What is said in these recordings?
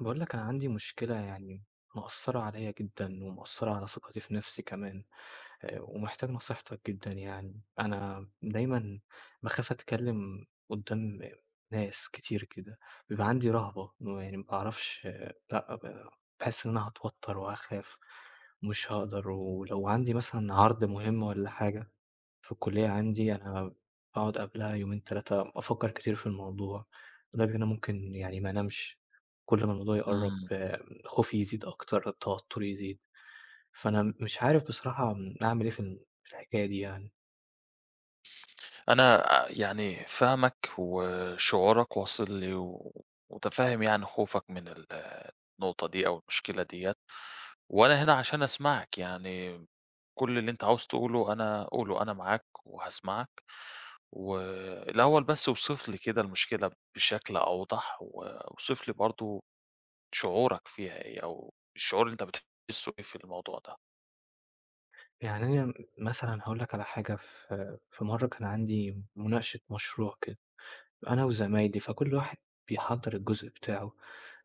باقول لك أنا عندي مشكلة يعني مأثّرة عليّا جدًا، ومأثّرة على ثقتي في نَفْسي كمان، ومحتاج نصيحتك جدًا يعني. أنا دايمًا باخاف أتكلّم قُدّام ناس كتير كده، بيبقى عندي رهبة إنه يعني ما باعرفش لأ، باحس إن أنا هاتوتّر وهاخاف ومش هاقدر، ولو عندي مثلًا عرض مهم والّا حاجة في الكلية عندي أنا باقعد قبلها يومين، 3 أفكّر كتير في الموضوع، لدرجة إن أنا ممكن يعني ما أنامش، كل ما الموضوع يقرّب إمم. خوفي يزيد أكتر، توتُّري يزيد، فأنا مش عارف بصراحة أعمل إيه في الحكاية دي يعني. أنا فاهمك وشعورك واصل لي و ومتفهّم يعني خوفك من النقطة دي أو المشكلة ديّة. وأنا هنا عشان أسمعك، يعني كل اللي أنت عاوز تقوله أنا قوله، أنا معاك وهاسمعك. والأول بس اوصف لي كده المشكلة بشكل أوضح واوصف لي برضه شعورك فيها إيه أو الشعور اللي أنت بتحسّه إيه في الموضوع ده. يعني أنا مثلًا هاقول لك على حاجة، في مرّة كان عندي مناقشة مشروع كده أنا وزمايلي، فكل واحد بيحضّر الجزء بتاعه.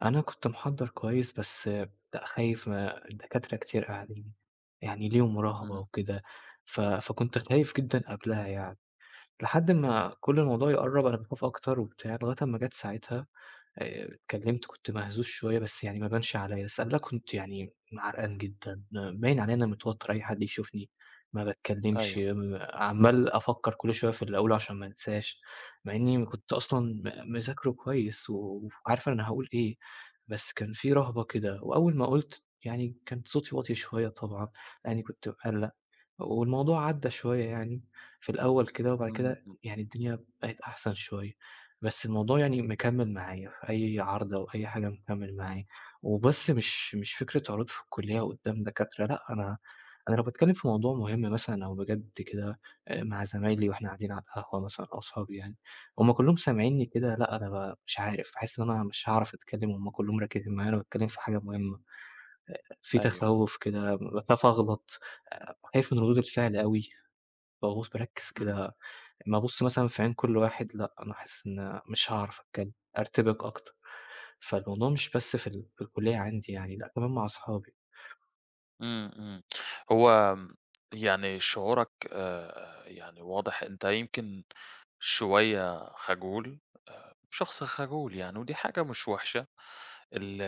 أنا كنت محضّر كويس بس لأ خايف ما الدكاترة كتير قاعدين، يعني ليهم مراقبة إمم. وكده، فكنت خايف جدًا قبلها يعني، لحد ما كل الموضوع يقرّب أنا باخاف أكتر وبتاع، لغاية أمّا جات ساعتها اتكلمت كنت مهزوز شوية، بس يعني ما بانش عليَّ، بس قبلها كنت يعني عرقان جدًا، باين عليَّ إن أنا متوتر، أي حد يشوفني ما باتكلمش، أيوه. عمّال أفكّر كل شوية في اللي أقوله عشان ما انساش، مع إني كنت أصلًا مذاكره كويس وعارف أنا هاقول إيه، بس كان في رهبة كده، وأول ما قُلت يعني كان صوتي واطي شوية طبعًا، لإني كنت مقلّق. والموضوع عدّى شوية يعني في الأول كده، وبعد إمم، كده إمم. يعني الدنيا بقت أحسن شوية، بس الموضوع يعني مكمّل معايا في أي عرض أو أي حاجة مكمّل معايا، وبس مش فكرة عروض في الكلية قدّام دكاترة لأ، أنا لو باتكلّم في موضوع مهم مثلًا أو بجد كده مع زمايلي وإحنا قاعدين على القهوة مثلًا أو أصحابي يعني، هم كلّهم سامعينّي كده لأ، أنا مش عارف، باحس إن أنا مش هاعرف أتكلّم وهم كلّهم راكزين معايا وأنا باتكلّم في حاجة مهمة. في أيوه. تخوّف كده، باخاف أغلط، خايف من ردود الفعل أوي، باعوز باركّز إمم. كده، أمّا أبُص مثلًا في عين كل واحد لأ، أنا حاسس إن مش هاعرف أتكلّم، أرتبك أكتر، فالموضوع مش بس في الكلية عندي يعني، لأ كمان مع أصحابي. إمم، إمم. هو م يعني شعورك واضح أنت يمكن شوية خجول، شخص خجول يعني ودي حاجة مش وحشة. ال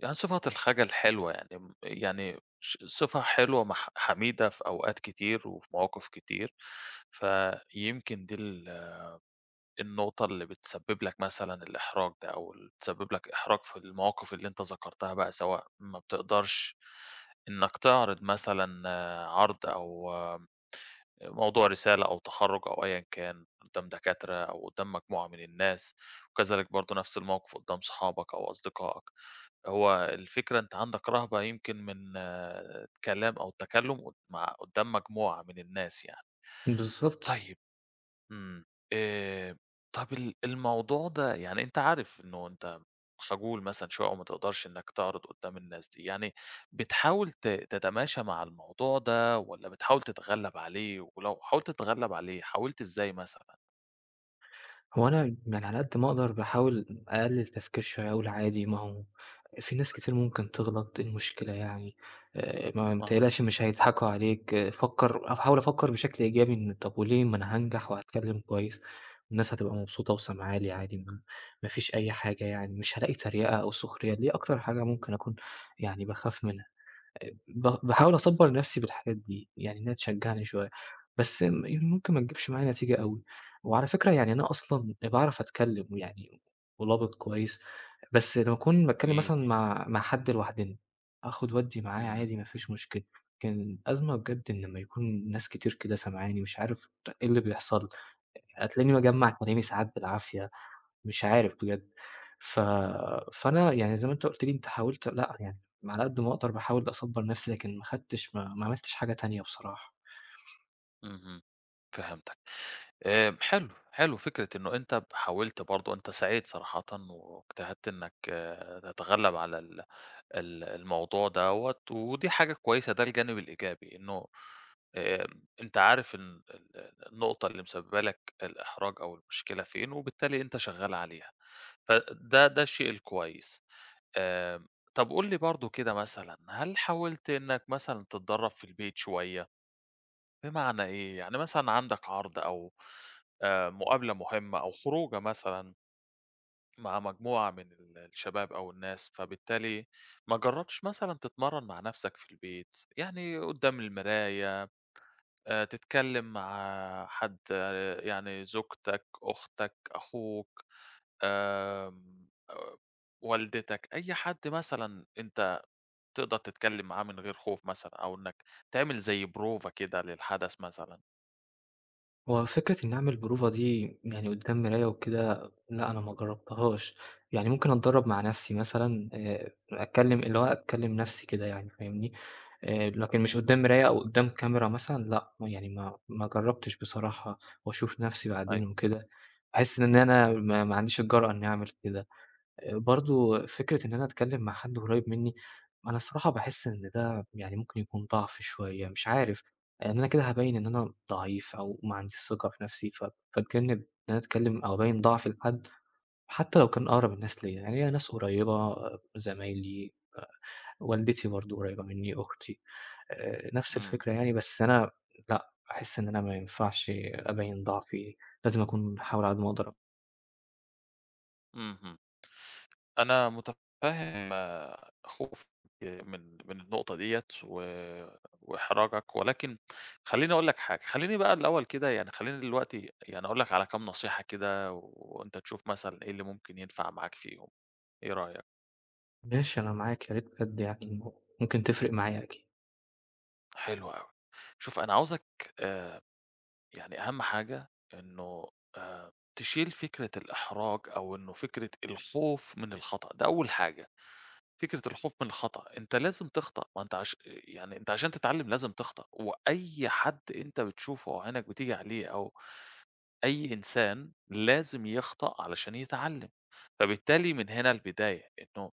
يعني صفة الخجل حلوة يعني م يعني ش صفة حلوة حميدة في أوقات كتير وفي مواقف كتير، فيمكن دي النقطة اللي بتسبب لك مثلًا الإحراج ده، أو اللي بتسبب لك إحراج في المواقف اللي أنت ذكرتها بقى، سواء ما بتقدرش إنك تعرض مثلًا آه، عرض أو آه، موضوع رسالة أو تخرُّج أو أيًا كان قدّام دكاترة أو قدّام مجموعة من الناس، وكذلك برضه نفس الموقف قدّام صحابك أو أصدقائك. هو الفكرة أنت عندك رهبة يمكن من الكلام أو التكلُّم قد مع قدّام مجموعة من الناس يعني. بالضبط. طيب. إمم. آآ طَب الموضوع ده يعني أنت عارف إنه أنت خجول مثلًا شوية أو ما تقدرش إنّك تعرض قُدّام الناس دي، يعني بتحاول تتماشى مع الموضوع ده والّا بتحاول تتغلّب عليه، ولو حاولت تتغلّب عليه حاولت إزاي مثلًا؟ هو أنا يعني على قد ما أقدر باحاول أقلِّل تفكير شوية، أقول عادي ما هو في ناس كتير ممكن تغلط، إيه المشكلة يعني؟ ما آه، تقلقش مش هيضحكوا عليك، فكّر أحاول أفكّر بشكل إيجابي إن طَب وليه ما أنا هانجح وهاتكلّم كويس والناس هتبقى مبسوطة وسامعة لي عادي ما فيش أي حاجة يعني، مش هالاقي تريقة أو سخرية، دي أكتر حاجة ممكن أكون يعني باخاف منها. ب باحاول أصبّر اهم، نَفْسي بالحاجات دي، يعني إنها تشجّعني شوية، بس يعني ممكن ما تجيبش معايا نتيجة أوي، وعلى فكرة يعني أنا أصلًا باعرف أتكلّم ويعني ولابق كويس، بس لمّا أكون باتكلّم جميل، مثلًا مع حد لوحدنا، آخُد وأدّي معاه إمم، عادي ما فيش مشكلة، لكن الأزمة بجد إن لمّا يكون ناس كتير كده سامعاني مش عارف إيه اللي بيحصل، هتلاقيني باجمّع كلامي ساعات بالعافية. مش عارف بجد. ف فأنا يعني زي ما أنت قُلت لي أنت حاولت لأ، يعني على قد ما أقدر باحاول أصبّر نَفْسي، لكن ما خدتش ما عملتش حاجة تانية بصراحة. اهم، فهمتك. حلو، حلو فكرة إنه أنت حاولت برضه أنت سعيد صراحةً واجتهدت إنّك آه، تتغلّب على ال ال الموضوع دوّة، ودي حاجة كويسة ده الجانب الإيجابي، إنه آمم، أنت عارف ال ال النقطة اللي مسببة لك الإحراج أو المشكلة فين، وبالتالي أنت شغّال عليها، ده الشيء الكويس. آمم، طَب قُل لي برضه كده مثلًا، هل حاولت إنك مثلًا تتدرّب في البيت شوية؟ بمعنى إيه، يعني مثلًا عندك عرض أو مقابلة مهمة أو خروجة مثلًا مع مجموعة من الشباب أو الناس، فبالتالي ما جرّبتش مثلًا تتمرّن مع نَفْسك في البيت، يعني قدّام المراية، تتكلّم مع حد آه، يعني زوجتك، أختك، أخوك، آمم، والدتك، أي حد مثلًا أنت تقدر تتكلّم معاه من غير خوف مثلًا أو إنّك تعمل زي بروفة كده للحدث مثلًا. هو فكرة إنّي أعمل بروفة دي يعني قدّام مراية وكده، لأ أنا ما جرّبتهاش. يعني ممكن أتدرّب مع إمم، نَفْسي مثلًا أتكلّم اللي هو أتكلّم نَفْسي كده يعني فاهمني؟ لكن مش قدّام مراية أو قدّام كاميرا مثلًا لأ، يعني ما جرّبتش بصراحة وأشوف نَفْسي بعدين أيوه، وكده. باحس إن أنا ما عنديش الجرأة إنّي أعمل كده. برضه فكرة إن أنا أتكلّم مع حد قريّب منّي، أنا الصراحة باحس إن ده يعني ممكن يكون ضعف شوية، مش عارف، إن أنا كده هابيّن إن أنا ضعيف أو ما عنديش ثقة في نَفْسي، فاتجنّب إن أنا أتكلّم أو أبيّن ضعفي لحد، حتى لو كان أقرب الناس ليّا، يعني ليّا ناس قريّبة زمايلي، آآ والدتي برضه قريّبة منّي، أختي، نَفْس إمم، الفكرة يعني، بس أنا لأ، باحس إن أنا ما ينفعش أبيّن ضعفي، لازم أكون أحاول على قد ما أقدر. اهم. أنا متفهم آه، خوفك من من النقطة ديّة وإحراجك، ولكن خلّيني أقول لك حاجة، خلّيني بقى الأول كده يعني خلّيني دلوقتي يعني أقول لك على كام نصيحة كده، وأنت تشوف مثلًا إيه اللي ممكن ينفع معاك فيهم، إيه رأيك؟ ماشي أنا معاك، يا ريت بجد يعني ممكن تفرق معايا أكيد. حلو أوي. شوف أنا عاوزك آآ، يعني أهم حاجة إنه آآ، تشيل فكرة الإحراج أو إنه فكرة الخوف من الخطأ، ده أول حاجة. فكرة الخوف من الخطأ، أنت لازم تخطأ، ما أنت عش يعني أنت عشان تتعلم لازم تخطأ، وأي حد أنت بتشوفه أو عينك بتيجي عليه أو أي إنسان لازم يخطأ علشان يتعلم، فبالتالي من هنا البداية إنه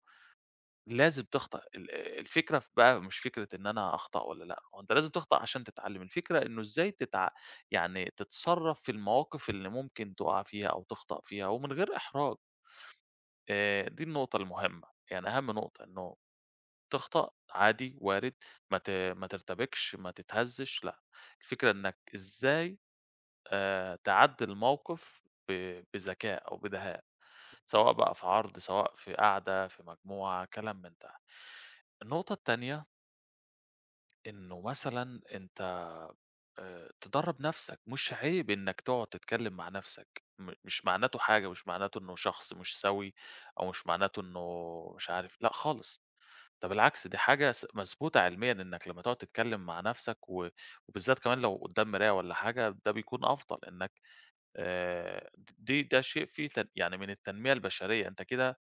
لازم تخطأ، الفكرة في بقى مش فكرة إن أنا أخطأ والّا لأ، هو أنت لازم تخطأ عشان تتعلم، الفكرة إنه إزاي تتع يعني تتصرّف في المواقف اللي ممكن تُقع فيها أو تخطأ فيها ومن غير إحراج، دي النقطة المهمة، يعني أهم نقطة إنه تخطأ عادي وارد، ما ترتبكش، ما تتهزّش، لأ، الفكرة إنّك إزاي تعدّي الموقف ب بذكاء أو بدهاء، سواء بقى في عرض، سواء في قعدة، في مجموعة، كلام من ده. النقطة التانية إنه مثلًا أنت تدرّب نَفْسك، مش عيب إنّك تقعد تتكلّم مع نَفْسك، مش معناته حاجة، مش معناته إنه شخص مش سَوي أو مش معناته إنه مش عارف، لأ خالص. ده بالعكس دي حاجة مثبوتة علميًا إنك لمّا تقعد تتكلم مع نفْسك وبالذات كمان لو قدّام مراية والّا حاجة، ده بيكون أفضل إنك د دي ده شيء فيه يعني من التنمية البشرية، أنت كده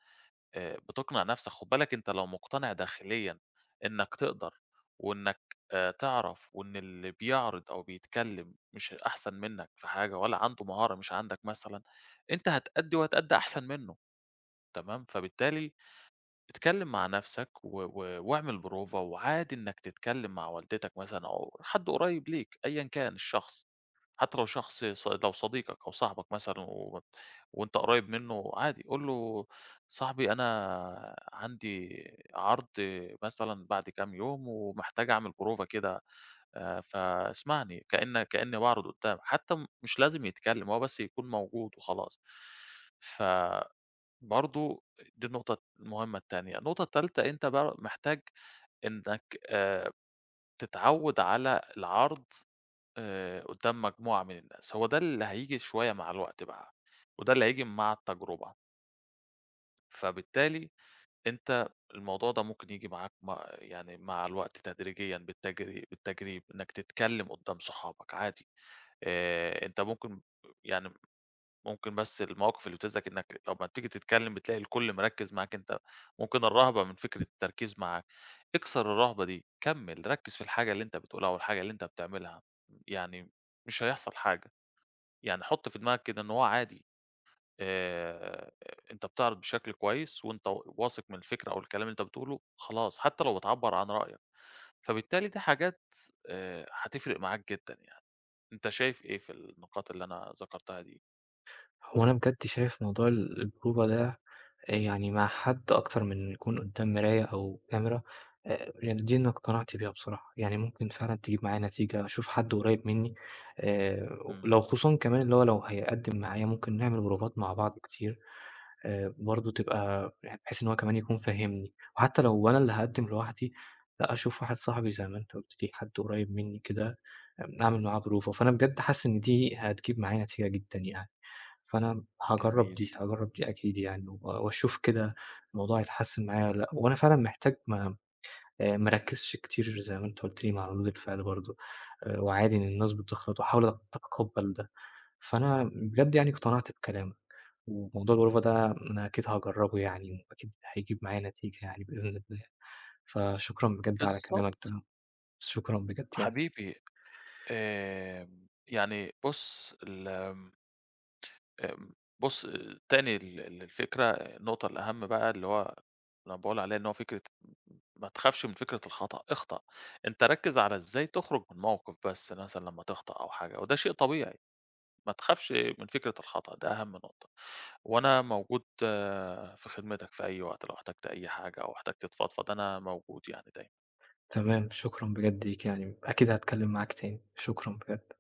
بتقنع نفْسك، خُد بالك أنت لو مقتنع داخليًا إنك تقدر وإنك تعرف وإن اللي بيعرض أو بيتكلم مش أحسن منك في حاجة ولا عنده مهارة مش عندك مثلًا، أنت هتأدّي وهتأدّي أحسن منّه تمام، فبالتالي اتكلم مع نفسك و واعمل بروفة، وعادي إنك تتكلم مع والدتك مثلًا أو حد قريب ليك أيًا كان الشخص، حتى لو شخص لو صديقك أو صاحبك مثلًا وأنت قريب منه عادي، قُل له صاحبي أنا عندي عرض مثلًا بعد كام يوم ومحتاج أعمل بروفة كده فاسمعني كأني باعرض قدامك، حتى مش لازم يتكلم هو بس يكون موجود وخلاص. ف برضه دي النقطة المهمة التانية، النقطة التالتة أنت بقى محتاج إنك آآ تتعوّد على العرض قدّام مجموعة من الناس، هو ده اللي هييجي شوية مع الوقت بقى، وده اللي هييجي مع التجربة، فبالتالي أنت الموضوع ده ممكن ييجي معاك يعني مع الوقت تدريجيًا بالتجريب، إنك تتكلّم قدّام صحابك عادي، أنت ممكن يعني ممكن بس المواقف اللي بتزعِج إنك لمّا بتيجي تتكلّم بتلاقي الكل مركّز معاك أنت، ممكن الرهبة من فكرة التركيز معاك، اكسر الرهبة دي، كمّل، ركّز في الحاجة اللي أنت بتقولها والحاجة اللي أنت بتعملها، يعني مش هيحصل حاجة، يعني حُط في دماغك كده إن هو عادي آآ، أنت بتعرض بشكل كويس وأنت واثق من الفكرة أو الكلام اللي أنت بتقوله خلاص، حتى لو بتعبّر عن رأيك، فبالتالي دي حاجات هتفرق معاك جدًا يعني. أنت شايف إيه في النقاط اللي أنا ذكرتها دي؟ هو أنا بجد شايف موضوع البروفة ده يعني مع حد أكتر من يكون قدّام مراية أو كاميرا يعني دي أنا اقتنعت بيها بصراحة، يعني ممكن فعلًا تجيب معايا نتيجة، أشوف حد قريب منّي آآ إمم. ولو خصوصًا كمان اللي هو لو هيقدّم معايا ممكن نعمل بروفات مع بعض كتير برضه تبقى يعني بحيث إن هو كمان يكون فاهمني، وحتى لو أنا اللي هاقدّم لوحدي لأ أشوف واحد صاحبي زي ما أنت قُلت لي، حد قريب منّي كده أعمل معاه بروفة، فأنا بجد حاسس إن دي هتجيب معايا نتيجة جدًا يعني. فأنا هاجرّب جميل. دي، هاجرّب دي أكيد يعني وأشوف كده الموضوع هيتحسّن معايا والّا لأ، وأنا فعلًا محتاج ما أركّزش كتير زي ما أنت قُلت لي مع ردود الفعل برضه، وعادي إن الناس بتغلط وأحاول أتقبّل ده. فأنا بجد يعني اقتنعت بكلامك، وموضوع الغربة ده أنا أكيد هاجرّبه يعني وأكيد هيجيب معايا نتيجة يعني بإذن الله. فشكرًا بجد على كلامك بالضبط، ده، شكرًا بجد يعني. حبيبي آمم، يعني آمم، بُص تاني ال ال الفكرة النقطة الأهم بقى اللي أنا باقول عليها إن هو فكرة ما تخافش من فكرة الخطأ، اخطأ، أنت ركّز على إزاي تخرج من موقف بس مثلًا لمّا تخطأ أو حاجة، وده شيء طبيعي، ما تخافش من فكرة الخطأ ده أهم نقطة، وأنا موجود آه، في خدمتك في أي وقت لو احتجت أي حاجة أو احتجت تفضفض أنا موجود يعني دايمًا. تمام، شكرًا بجد ليك يعني، أكيد هاتكلّم معاك تاني، شكرًا بجد.